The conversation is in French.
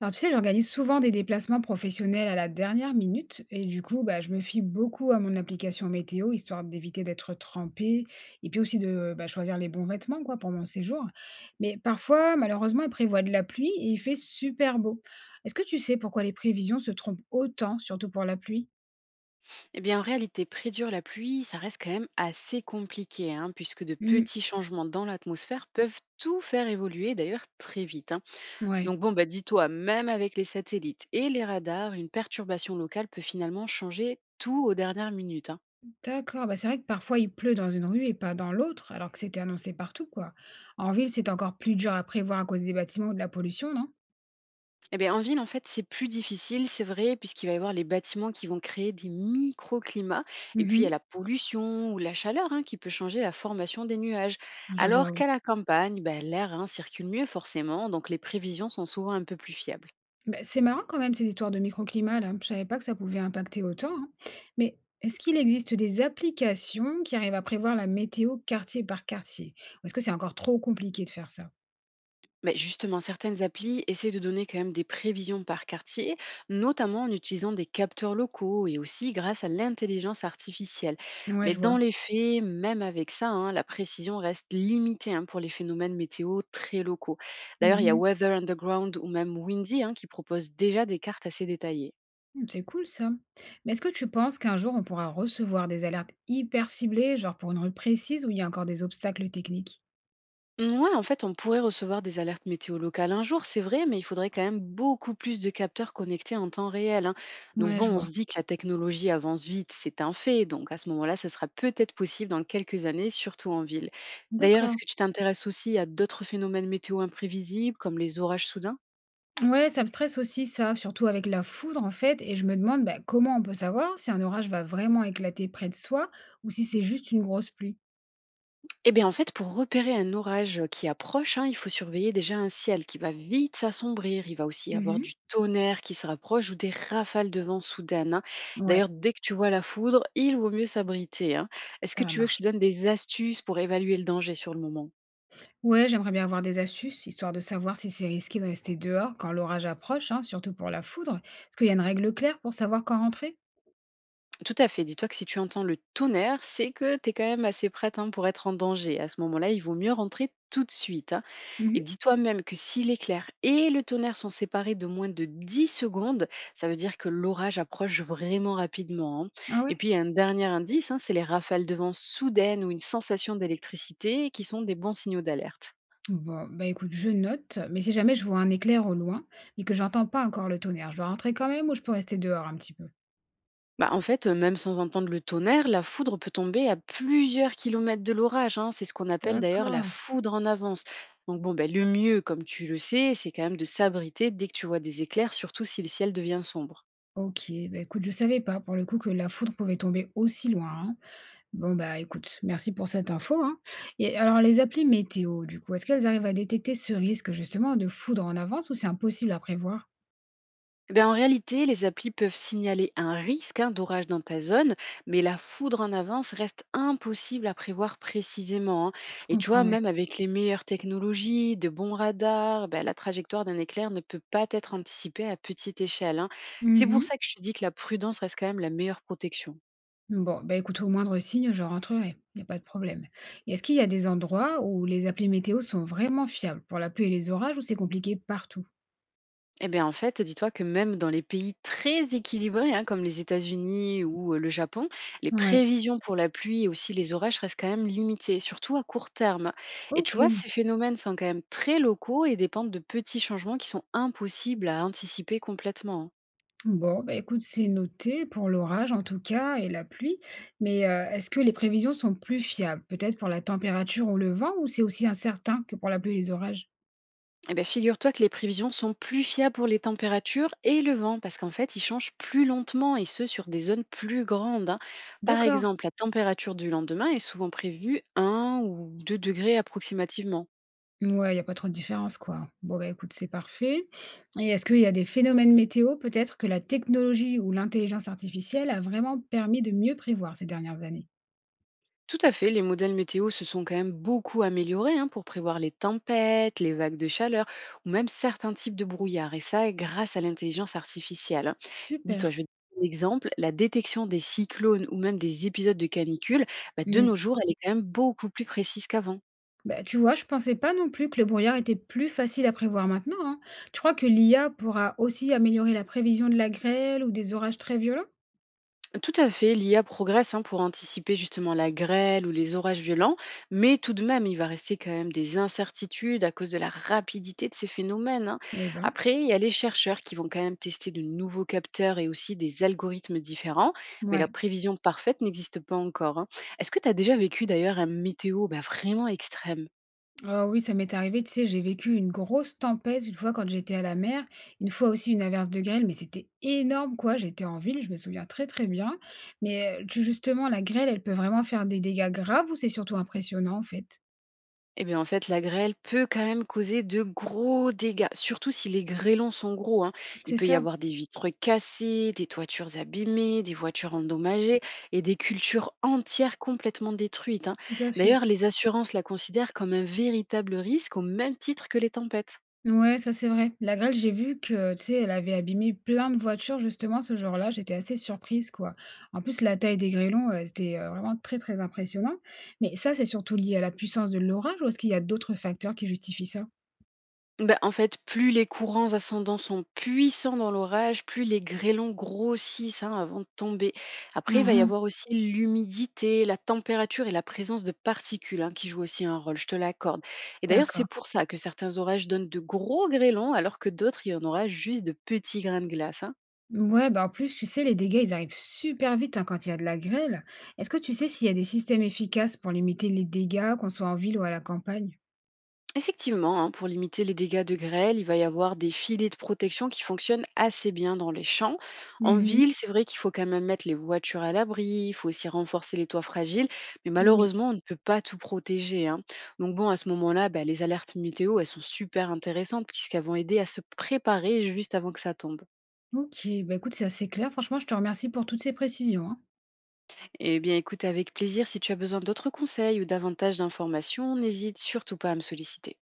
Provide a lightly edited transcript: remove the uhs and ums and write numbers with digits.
Alors, tu sais, j'organise souvent des déplacements professionnels à la dernière minute et du coup, bah, je me fie beaucoup à mon application météo, histoire d'éviter d'être trempée et puis aussi de bah, choisir les bons vêtements quoi, pour mon séjour. Mais parfois, malheureusement, il prévoit de la pluie et il fait super beau. Est-ce que tu sais pourquoi les prévisions se trompent autant, surtout pour la pluie? Eh bien, en réalité, prédire la pluie, ça reste quand même assez compliqué, hein, puisque de Hmm, petits changements dans l'atmosphère peuvent tout faire évoluer, d'ailleurs très vite, hein. ouais, Donc bon, bah, dis-toi, même avec les satellites et les radars, une perturbation locale peut finalement changer tout aux dernières minutes, hein. d'accord. Bah, c'est vrai que parfois, il pleut dans une rue et pas dans l'autre, alors que c'était annoncé partout, quoi. En ville, c'est encore plus dur à prévoir à cause des bâtiments ou de la pollution, non? Eh bien, en ville, en fait, c'est plus difficile, c'est vrai, puisqu'il va y avoir les bâtiments qui vont créer des microclimats. Et puis, il y a Mhm, la pollution ou la chaleur, hein, qui peut changer la formation des nuages. je vois, Alors qu'à oui. la campagne, ben, l'air, hein, circule mieux forcément, donc les prévisions sont souvent un peu plus fiables. Bah, c'est marrant quand même ces histoires de microclimat là. Je savais pas que ça pouvait impacter autant, hein. Mais est-ce qu'il existe des applications qui arrivent à prévoir la météo quartier par quartier? Ou est-ce que c'est encore trop compliqué de faire ça? Mais justement, certaines applis essaient de donner quand même des prévisions par quartier, notamment en utilisant des capteurs locaux et aussi grâce à l'intelligence artificielle. Ouais, Mais je dans vois. les faits, même avec ça, hein, la précision reste limitée, hein, pour les phénomènes météo très locaux. D'ailleurs, il y a Mhm. Weather Underground ou même Windy, hein, qui proposent déjà des cartes assez détaillées. Hmm, c'est cool ça. Mais est-ce que tu penses qu'un jour on pourra recevoir des alertes hyper ciblées, genre pour une rue précise où il y a encore des obstacles techniques? Ouais, en fait, on pourrait recevoir des alertes météo locales un jour, c'est vrai, mais il faudrait quand même beaucoup plus de capteurs connectés en temps réel, hein. Donc Ouais, bon, je on vois. se dit que la technologie avance vite, c'est un fait. Donc à ce moment-là, ça sera peut-être possible dans quelques années, surtout en ville. D'ailleurs, est-ce D'accord. que tu t'intéresses aussi à d'autres phénomènes météo imprévisibles, comme les orages soudains? Ouais, ça me stresse aussi ça, surtout avec la foudre en fait, et je me demande bah, comment on peut savoir si un orage va vraiment éclater près de soi ou si c'est juste une grosse pluie. Eh bien, en fait, pour repérer un orage qui approche, hein, il faut surveiller déjà un ciel qui va vite s'assombrir. Il va aussi y avoir Mhm. du tonnerre qui se rapproche ou des rafales de vent soudaines, hein. D'ailleurs, Ouais, dès que tu vois la foudre, il vaut mieux s'abriter, hein. Est-ce que ça tu veux que je te marche. donne des astuces pour évaluer le danger sur le moment? Ouais, j'aimerais bien avoir des astuces, histoire de savoir si c'est risqué de rester dehors quand l'orage approche, hein, surtout pour la foudre. Est-ce qu'il y a une règle claire pour savoir quand rentrer? Tout à fait. Dis-toi que si tu entends le tonnerre, c'est que tu es quand même assez prête, hein, pour être en danger. À ce moment-là, il vaut mieux rentrer tout de suite, hein. Et Mhm. dis-toi même que si l'éclair et le tonnerre sont séparés de moins de 10 secondes, ça veut dire que l'orage approche vraiment rapidement, hein. Ah Et ouais? puis, un dernier indice, hein, c'est les rafales de vent soudaines ou une sensation d'électricité qui sont des bons signaux d'alerte. Bon, bah écoute, je note, mais si jamais je vois un éclair au loin, mais que j'entends pas encore le tonnerre, je dois rentrer quand même ou je peux rester dehors un petit peu? Bah, en fait, même sans entendre le tonnerre, la foudre peut tomber à plusieurs kilomètres de l'orage, hein. C'est ce qu'on appelle d'ailleurs la D'accord. foudre en avance. Donc bon, ben, le mieux, comme tu le sais, c'est quand même de s'abriter dès que tu vois des éclairs, surtout si le ciel devient sombre. OK, bah, écoute, je savais pas pour le coup que la foudre pouvait tomber aussi loin, hein. Bon, bah, écoute, merci pour cette info, hein. Et alors les applis météo, du coup, est-ce qu'elles arrivent à détecter ce risque justement de foudre en avance ou c'est impossible à prévoir? Eh ben, en réalité, les applis peuvent signaler un risque, hein, d'orage dans ta zone, mais la foudre en avance reste impossible à prévoir précisément, hein. Je Et tu comprends, vois, ouais. même avec les meilleures technologies, de bons radars, ben, la trajectoire d'un éclair ne peut pas être anticipée à petite échelle, hein. C'est pour Mmh. ça que je te dis que la prudence reste quand même la meilleure protection. Bon, bah, écoute, au moindre signe, je rentrerai, il n'y a pas de problème. Et est-ce qu'il y a des endroits où les applis météo sont vraiment fiables pour la pluie et les orages ou c'est compliqué partout? Eh bien, en fait, dis-toi que même dans les pays très équilibrés, hein, comme les États-Unis ou le Japon, les Ouais, prévisions pour la pluie et aussi les orages restent quand même limitées, surtout à court terme. Et tu vois, OK. ces phénomènes sont quand même très locaux et dépendent de petits changements qui sont impossibles à anticiper complètement, hein. Bon, bah, écoute, c'est noté pour l'orage en tout cas et la pluie, mais est-ce que les prévisions sont plus fiables, peut-être pour la température ou le vent ou c'est aussi incertain que pour la pluie et les orages? Eh bien, figure-toi que les prévisions sont plus fiables pour les températures et le vent, parce qu'en fait, ils changent plus lentement et ce, sur des zones plus grandes, hein. Par D'accord, exemple, la température du lendemain est souvent prévue 1 ou 2 degrés approximativement. ouais il y a pas trop de différence quoi. Bon, bah, écoute, c'est parfait et est-ce qu'il y a des phénomènes météo peut-être que la technologie ou l'intelligence artificielle a vraiment permis de mieux prévoir ces dernières années? Tout à fait, les modèles météo se sont quand même beaucoup améliorés, hein, pour prévoir les tempêtes, les vagues de chaleur ou même certains types de brouillard, et ça grâce à l'intelligence artificielle, hein. Dis-toi, Super. je vais te donner un exemple, la détection des cyclones ou même des épisodes de canicule, bah, de Mmh. nos jours, elle est quand même beaucoup plus précise qu'avant. Bah, tu vois, je pensais pas non plus que le brouillard était plus facile à prévoir maintenant, hein. Tu crois que l'IA pourra aussi améliorer la prévision de la grêle ou des orages très violents? Tout à fait, l'IA progresse, hein, pour anticiper justement la grêle ou les orages violents, mais tout de même, il va rester quand même des incertitudes à cause de la rapidité de ces phénomènes, hein. Eh ben, Après, il y a les chercheurs qui vont quand même tester de nouveaux capteurs et aussi des algorithmes différents, mais la ouais. prévision parfaite n'existe pas encore, hein. Est-ce que tu as déjà vécu d'ailleurs un météo, bah, vraiment extrême? Ah oui, ça m'est arrivé, tu sais, j'ai vécu une grosse tempête une fois quand j'étais à la mer, une fois aussi une averse de grêle, mais c'était énorme, quoi. J'étais en ville, je me souviens très très bien. Mais justement, la grêle, elle peut vraiment faire des dégâts graves ou c'est surtout impressionnant, en fait? Eh bien, en fait, la grêle peut quand même causer de gros dégâts, surtout si les grêlons sont gros, hein. Il C'est peut y ça, avoir des vitres cassées, des toitures abîmées, des voitures endommagées et des cultures entières complètement détruites, hein. tout à fait. D'ailleurs, les assurances la considèrent comme un véritable risque au même titre que les tempêtes. Ouais, ça c'est vrai. La grêle, j'ai vu que, tu sais, elle avait abîmé plein de voitures justement ce jour-là. J'étais assez surprise, quoi. En plus, la taille des grêlons, c'était vraiment très très impressionnant. Mais ça, c'est surtout lié à la puissance de l'orage ou est-ce qu'il y a d'autres facteurs qui justifient ça? Bah, en fait, plus les courants ascendants sont puissants dans l'orage, plus les grêlons grossissent, hein, avant de tomber. Après, il va y Mhm, avoir aussi l'humidité, la température et la présence de particules, hein, qui jouent aussi un rôle, je te l'accorde. Et d'ailleurs, d'accord. c'est pour ça que certains orages donnent de gros grêlons alors que d'autres, il y en aura juste de petits grains de glace, hein. Ouais, bah en plus, tu sais, les dégâts, ils arrivent super vite hein, quand il y a de la grêle. Est-ce que tu sais s'il y a des systèmes efficaces pour limiter les dégâts, qu'on soit en ville ou à la campagne? Effectivement, hein, pour limiter les dégâts de grêle, il va y avoir des filets de protection qui fonctionnent assez bien dans les champs. En Mhm, ville, c'est vrai qu'il faut quand même mettre les voitures à l'abri, il faut aussi renforcer les toits fragiles, mais oui. malheureusement, on ne peut pas tout protéger, hein. Donc bon, à ce moment-là, bah, les alertes météo, elles sont super intéressantes puisqu'elles vont aider à se préparer juste avant que ça tombe. Ok, bah écoute, c'est assez clair. Franchement, je te remercie pour toutes ces précisions, hein. Eh bien, écoute, avec plaisir, si tu as besoin d'autres conseils ou davantage d'informations, n'hésite surtout pas à me solliciter.